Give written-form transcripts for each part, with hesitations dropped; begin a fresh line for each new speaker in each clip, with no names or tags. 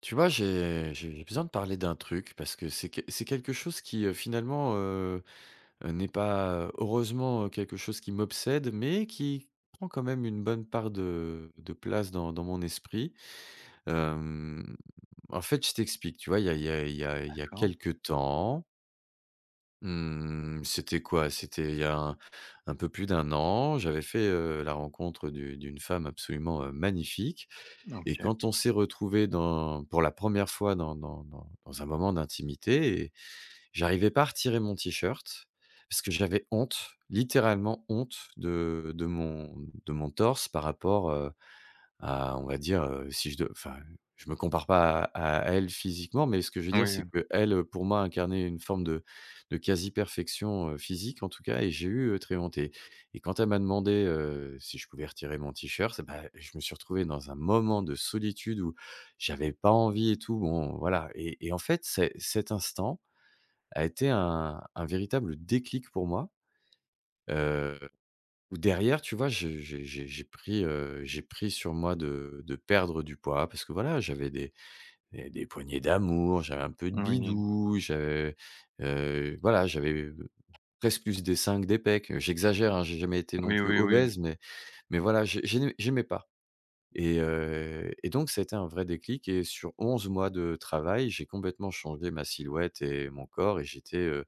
Tu vois, j'ai besoin de parler d'un truc parce que c'est quelque chose qui, finalement, n'est pas, heureusement, quelque chose qui m'obsède, mais qui prend quand même une bonne part de place dans mon esprit. Hem, En fait, je t'explique, tu vois? Il y a il y a il y a il y a
D'accord.
quelque temps. Mmh, C'était quoi? C'était il y a un peu plus d'un an, j'avais fait, la rencontre du d'une femme absolument, magnifique. Et
OK.
quand on s'est retrouvé dans pour la première fois dans un moment d'intimité, et j'arrivais pas à retirer mon t-shirt parce que j'avais honte, littéralement honte de mon torse par rapport, à, on va dire, si je de enfin, je me compare pas à elle physiquement, mais ce que je veux dire, c'est
Oui,
qu'elle, pour moi, incarnait une forme de quasi-perfection, physique en tout cas. Et j'ai eu, très honte. Et quand elle m'a demandé, si je pouvais retirer mon t-shirt, bah, je me suis retrouvé dans un moment de solitude où j'avais pas envie et tout, bon, voilà. Et en fait, c'est cet instant a été un véritable déclic pour moi, heu ou derrière, tu vois, je j'ai pris sur moi de perdre du poids parce que voilà, j'avais des poignées d'amour, j'avais un peu de
oui.
bidou, j'avais presque plus des seins que des pecs. J'exagère, hein, j'ai jamais été non
Oui,
plus
oui, oui.
obèse, mais voilà, j'ai j'aimais pas. Et donc ça a été un vrai déclic, et sur 11 mois de travail, j'ai complètement changé ma silhouette et mon corps, et j'étais,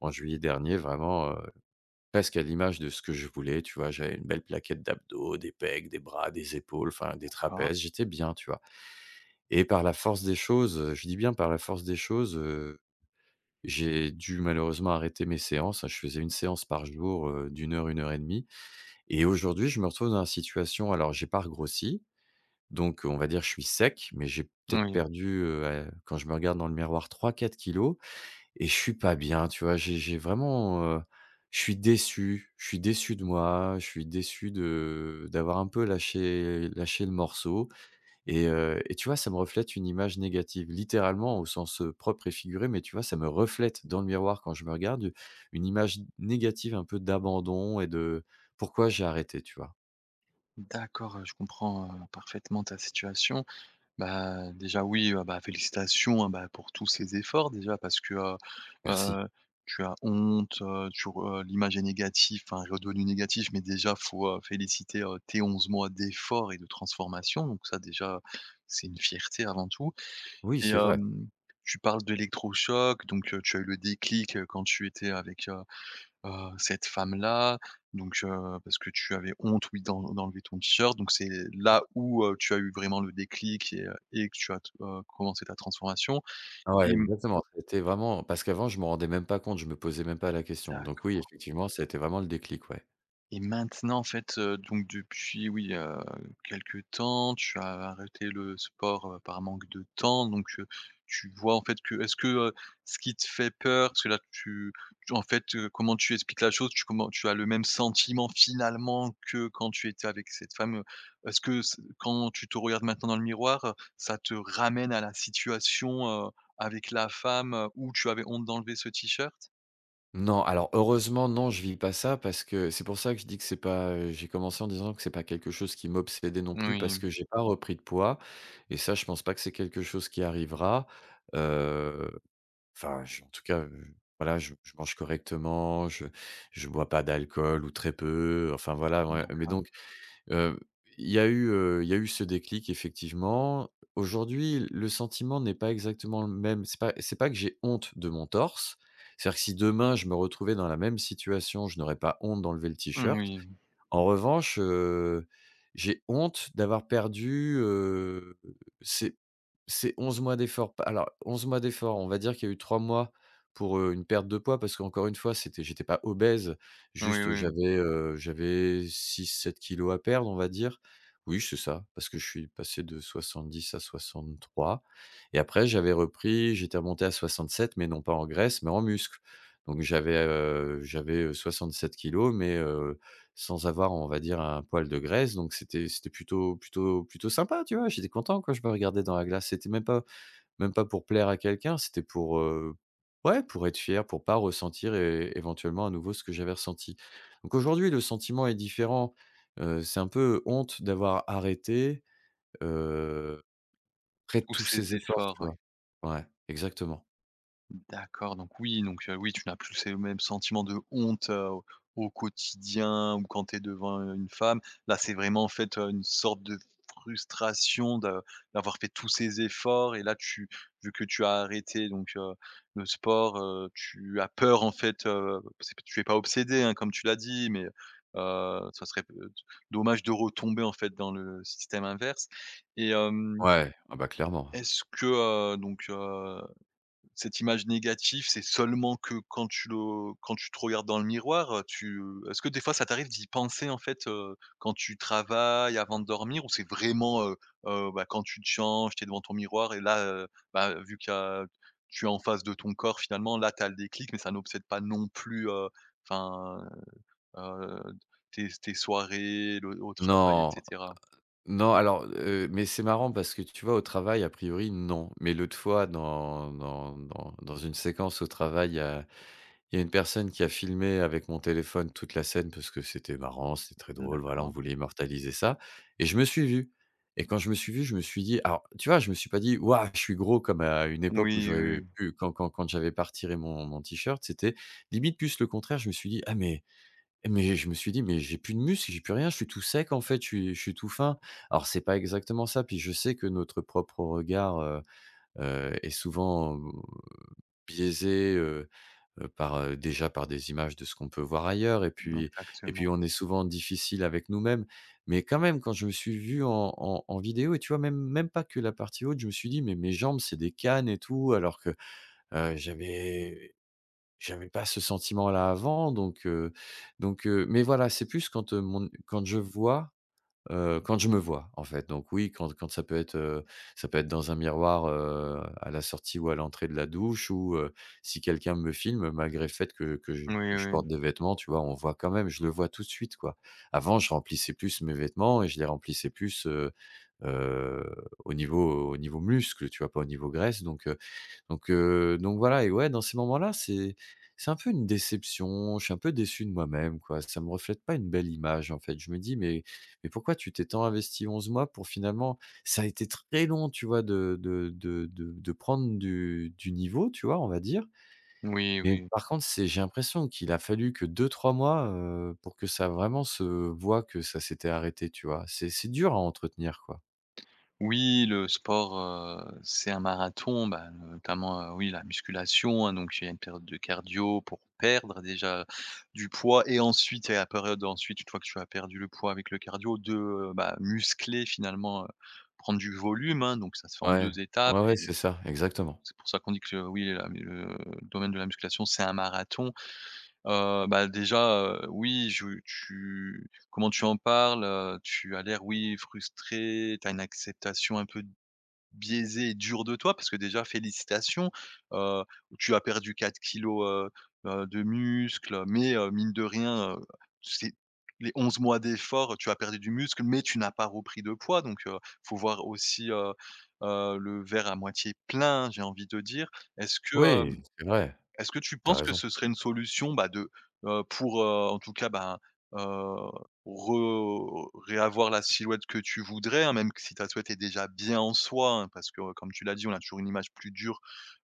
en juillet dernier, vraiment, presque à l'image de ce que je voulais, tu vois? J'avais une belle plaquette d'abdos, des pecs, des bras, des épaules, enfin des
D'accord.
trapèzes, j'étais bien, tu vois? Et par la force des choses, je dis bien par la force des choses, j'ai dû malheureusement arrêter mes séances, hein. Je faisais une séance par jour, d'1 heure, une heure et demie. Et aujourd'hui, je me retrouve dans la situation, alors j'ai pas regrossi, donc on va dire je suis sec, mais j'ai peut-être
Oui.
perdu, à quand je me regarde dans le miroir, trois, quatre kilos. Et je suis pas bien, tu vois? J'ai vraiment, je suis déçu de moi, je suis déçu de d'avoir un peu lâché lâché le morceau. Et tu vois, ça me reflète une image négative, littéralement au sens, propre et figuré, mais tu vois, ça me reflète dans le miroir quand je me regarde, une image négative un peu d'abandon et de pourquoi j'ai arrêté, tu vois?
D'accord, je comprends parfaitement ta situation. Bah, déjà oui, félicitations, hein, pour tous ces efforts déjà parce que
Merci.
heu, tu as honte, l'image est négative, enfin, redevenu négatif, mais déjà faut féliciter tes 11 mois d'efforts et de transformation. Donc ça déjà, c'est une fierté avant tout.
Oui,
Et
c'est vrai.
tu parles d'électrochoc, donc tu as eu le déclic quand tu étais avec cette femme-là, donc parce que tu avais honte, oui, d'enlever ton t-shirt. Donc c'est là où tu as eu vraiment le déclic et que tu as t commencé ta transformation.
Ah ouais,
Et
exactement, c'était vraiment parce qu'avant je me rendais même pas compte, je me posais même pas la question. Donc oui, effectivement, ça a été vraiment le déclic, ouais.
et maintenant, en fait donc depuis, oui, quelque temps, tu as arrêté le sport par manque de temps. Donc tu vois, en fait, que est-ce que ce qui te fait peur? Parce que là, tu en fait comment tu expliques la chose? Tu Comment tu as le même sentiment finalement que quand tu étais avec cette femme? Est-ce que c quand tu te regardes maintenant dans le miroir ça te ramène à la situation avec la femme où tu avais honte d'enlever ce t-shirt?
Non, alors heureusement, non, je vis pas ça parce que c'est pour ça que je dis que c'est pas, j'ai commencé en disant que c'est pas quelque chose qui m'obsédait non plus parce
Oui,
que j'ai pas repris de poids, et ça, je pense pas que c'est quelque chose qui arrivera. Heu, enfin, je en tout cas, voilà, je mange correctement, je bois pas d'alcool ou très peu, enfin voilà, ouais, mais
d'accord.
donc Heu, il y a eu, il y a eu ce déclic effectivement. Aujourd'hui, le sentiment n'est pas exactement le même. C'est pas que j'ai honte de mon torse. C'est-à-dire que si demain je me retrouvais dans la même situation, je n'aurais pas honte d'enlever le t-shirt.
Oui,
En revanche, j'ai honte d'avoir perdu, ces 11 mois d'efforts. Pas alors 11 mois d'efforts, on va dire qu'il y a eu 3 mois pour, une perte de poids parce qu'encore une fois, c'était j'étais pas obèse,
oui,
juste
oui.
j'avais, 6 ou 7 kilos à perdre, on va dire. Oui, c'est ça, parce que je suis passé de 70 à 63. Et après j'avais repris, j'étais remonté à 67, mais non pas en graisse, mais en muscle. Donc j'avais 67 kilos, mais sans avoir, on va dire, un poil de graisse, donc c'était plutôt plutôt plutôt sympa, tu vois? J'étais content quand je me regardais dans la glace. C'était même pas pour plaire à quelqu'un, c'était pour, ouais, pour être fier, pour pas ressentir é éventuellement à nouveau ce que j'avais ressenti. Donc aujourd'hui, le sentiment est différent, c'est un peu honte d'avoir arrêté, heu, après
Tous
tous
ces
ces efforts,
efforts,
tu
ouais.
vois? Ouais, exactement.
D'accord, donc oui, donc oui, tu n'as plus ces mêmes sentiments de honte au quotidien ou quand tu es devant une femme. Là, c'est vraiment, en fait une sorte de frustration de d'avoir fait tous ces efforts, et là, tu vu que tu as arrêté donc le sport tu as peur, en fait. C'est tu es pas obsédé hein, comme tu l'as dit, mais ça serait dommage de retomber, en fait, dans le système inverse. Et
Ouais, ah bah, clairement.
est-ce que donc, cette image négative, c'est seulement que quand tu le quand tu te regardes dans le miroir? Tu, est-ce que des fois ça t'arrive d'y penser en fait quand tu travailles avant de dormir? Ou c'est vraiment bah, quand tu te changes, tu es devant ton miroir et là bah, vu qu'il y a tu es en face de ton corps finalement, là tu as le déclic? Mais ça n'obsède pas non plus enfin, heu, tes soirées, le au travail et
Non!
cetera?
Non, alors, mais c'est marrant parce que tu vois, au travail, a priori, non. Mais l'autre fois, dans une séquence au travail, il y a une personne qui a filmé avec mon téléphone toute la scène parce que c'était marrant, c'était très drôle, voilà, on
D'accord.
voulait immortaliser ça et je me suis vu, et quand je me suis vu, je me suis dit alors, tu vois, je me suis pas dit: «Waouh, je suis gros», comme à une époque où
Oui,
j'aurais
oui,
pu quand j'avais pas retiré mon t-shirt, c'était limite plus le contraire, je me suis dit: «Ah mais». Mais je me suis dit: «Mais j'ai plus de muscles, j'ai plus rien, je suis tout sec en fait, je suis tout fin». Alors c'est pas exactement ça, puis je sais que notre propre regard, est souvent, biaisé, par, déjà par des images de ce qu'on peut voir ailleurs, et puis
exactement.
on est souvent difficile avec nous-mêmes. Mais quand même, quand je me suis vu en vidéo, et tu vois même pas que la partie haute, je me suis dit: «Mais mes jambes, c'est des cannes et tout», alors que, j'avais j'avais pas ce sentiment-là avant. Mais voilà, c'est plus quand, mon quand je vois, quand je me vois, en fait. Donc oui, quand ça peut être dans un miroir, à la sortie ou à l'entrée de la douche, ou si quelqu'un me filme, malgré le fait que que je
Oui,
que je
oui.
porte des vêtements, tu vois? On voit quand même, je le vois tout de suite, quoi. Avant, je remplissais plus mes vêtements, et je les remplissais plusheu, au niveau muscle, tu vois? Pas au niveau graisse, donc, donc voilà, et ouais, dans ces moments-là, c'est un peu une déception, je suis un peu déçu de moi-même, quoi. Ça me reflète pas une belle image, en fait. Je me dis: «Mais pourquoi tu t'es tant investi 11 mois pour finalement». Ça a été très long, tu vois, de prendre du niveau, tu vois, on va dire.
Oui,
Mais
oui.
par contre, c'est j'ai l'impression qu'il a fallu que 2 ou 3 mois, pour que ça vraiment se voit que ça s'était arrêté, tu vois? C'est dur à entretenir, quoi.
Oui, le sport c'est un marathon, bah, notamment oui, la musculation, hein. Donc il y a une période de cardio pour perdre déjà du poids, et ensuite il la période ensuite, une fois que tu as perdu le poids avec le cardio, de bah, muscler finalement prendre du volume, hein. Donc ça se fait en
Ouais,
2 étapes,
ouais, ouais,
et
c'est ça, exactement.
c'est pour ça qu'on dit que oui, la le domaine de la musculation, c'est un marathon. Déjà oui, je tu comment tu en parles tu as l'air, oui, frustré, tu as une acceptation un peu biaisé et dur de toi. Parce que déjà félicitations heu, tu as perdu 4 kilos de muscle, mais mine de rien c'est les 11 mois d'effort. Tu as perdu du muscle, mais tu n'as pas repris de poids, donc faut voir aussi le verre à moitié plein, j'ai envie de dire. Est-ce que,
Oui, c'est vrai,
est-ce que tu
t'as
penses que
raison.
ce serait une solution, bah, de pour en tout cas, heu, re réavoir la silhouette que tu voudrais, hein? Même que si ta silhouette est déjà bien en soi, hein, parce que comme tu l'as dit, on a toujours une image plus dure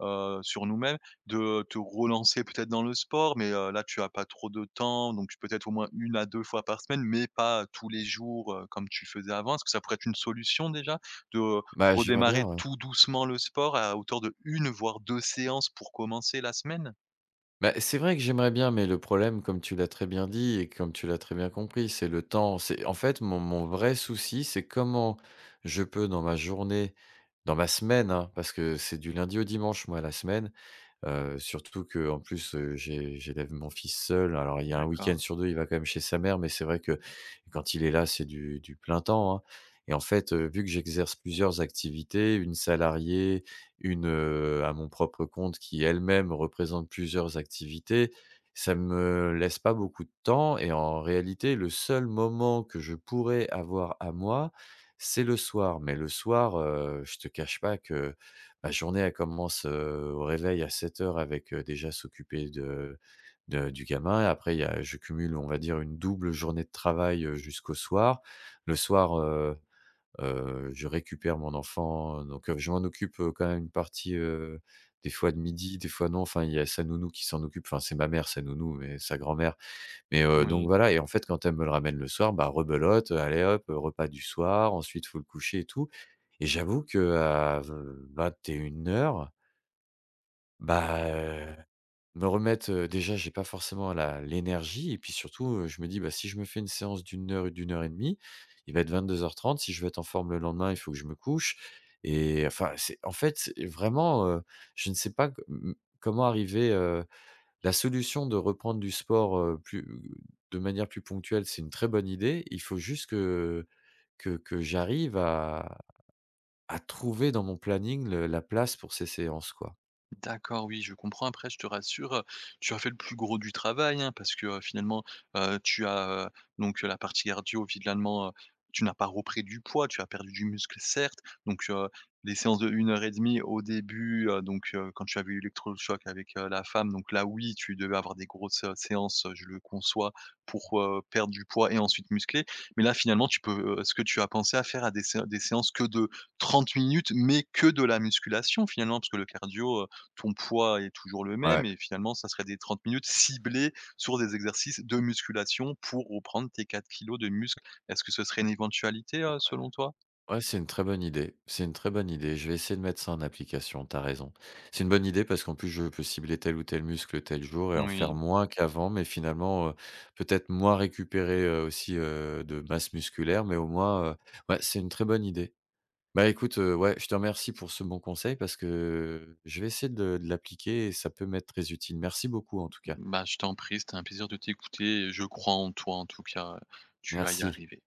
sur nous-mêmes. De te relancer peut-être dans le sport, mais là, tu n'as pas trop de temps, donc peut-être au moins une à 2 fois par semaine, mais pas tous les jours comme tu faisais avant. Est-ce que ça pourrait être une solution déjà de
Bah, j'aimerais
redémarrer
bien, ouais.
tout doucement le sport à hauteur de une voire 2 séances pour commencer la semaine?
Bah, c'est vrai que j'aimerais bien, mais le problème, comme tu l'as très bien dit et comme tu l'as très bien compris, c'est le temps. C'est en fait mon vrai souci, c'est comment je peux dans ma journée, dans ma semaine, hein, parce que c'est du lundi au dimanche, moi, la semaine. Surtout que en plus, j'élève mon fils seul. Alors il y a un
D'accord.
week-end sur 2, il va quand même chez sa mère, mais c'est vrai que quand il est là, c'est du plein temps, hein. Et en fait, vu que j'exerce plusieurs activités, une salariée, une, à mon propre compte qui elle-même représente plusieurs activités, ça me laisse pas beaucoup de temps, et en réalité, le seul moment que je pourrais avoir à moi, c'est le soir. Mais le soir, je te cache pas que ma journée, elle commence, au réveil à 7 heures avec, déjà s'occuper de du gamin, et après il y a je cumule, on va dire, une double journée de travail, jusqu'au soir. Le soir, je récupère mon enfant, donc je m'en occupe, quand même une partie, des fois de midi, des fois non. Enfin, il y a sa nounou qui s'en occupe, enfin, c'est ma mère, sa nounou, mais sa grand-mère, mais donc
Oui.
voilà, et en fait, quand elle me le ramène le soir, bah, rebelote, allez hop, repas du soir, ensuite faut le coucher et tout, et j'avoue que à v 21 heures, bah, me remettre, déjà j'ai pas forcément la l'énergie, et puis surtout, je me dis: «Bah, si je me fais une séance d'une heure ou d'1 heure et demie, il va être 22h30. Si je veux être en forme le lendemain, il faut que je me couche». Et enfin, c'est en fait, c'est vraiment, je ne sais pas co m comment arriver, la solution de reprendre du sport, plus de manière plus ponctuelle, c'est une très bonne idée. Il faut juste que j'arrive à trouver dans mon planning le la place pour ces séances, quoi.
D'accord, oui, je comprends. Après, je te rassure tu as fait le plus gros du travail, hein, parce que finalement tu as donc la partie cardio finalement tu n'as pas repris du poids, tu as perdu du muscle certes. Donc les séances de 1 heure et demie au début donc quand tu avais eu l'électrochoc avec la femme, donc là oui, tu devais avoir des grosses séances, je le conçois pour perdre du poids et ensuite muscler. Mais là finalement tu peux, ce que tu as pensé à faire, à des sé des séances que de 30 minutes, mais que de la musculation finalement? Parce que le cardio, ton poids est toujours le même,
Ouais.
et finalement, ça serait des 30 minutes ciblées sur des exercices de musculation pour reprendre tes 4 kilos de muscles. Est-ce que ce serait une éventualité
Ouais,
selon toi?
ouais, c'est une très bonne idée, c'est une très bonne idée. Je vais essayer de mettre ça en application. T'as raison. C'est une bonne idée parce qu'en plus, je peux cibler tel ou tel muscle tel jour et en faire
Oui,
moins qu'avant, mais finalement, peut-être moins récupérer, aussi, de masse musculaire, mais au moins, ouais, c'est une très bonne idée. Bah, écoute, ouais, je te remercie pour ce bon conseil parce que je vais essayer de l'appliquer et ça peut m'être très utile. Merci beaucoup en tout cas.
bah, je t'en prie, c'était un plaisir de t'écouter. Je crois en toi, en tout cas tu vas y
Merci.
arriver.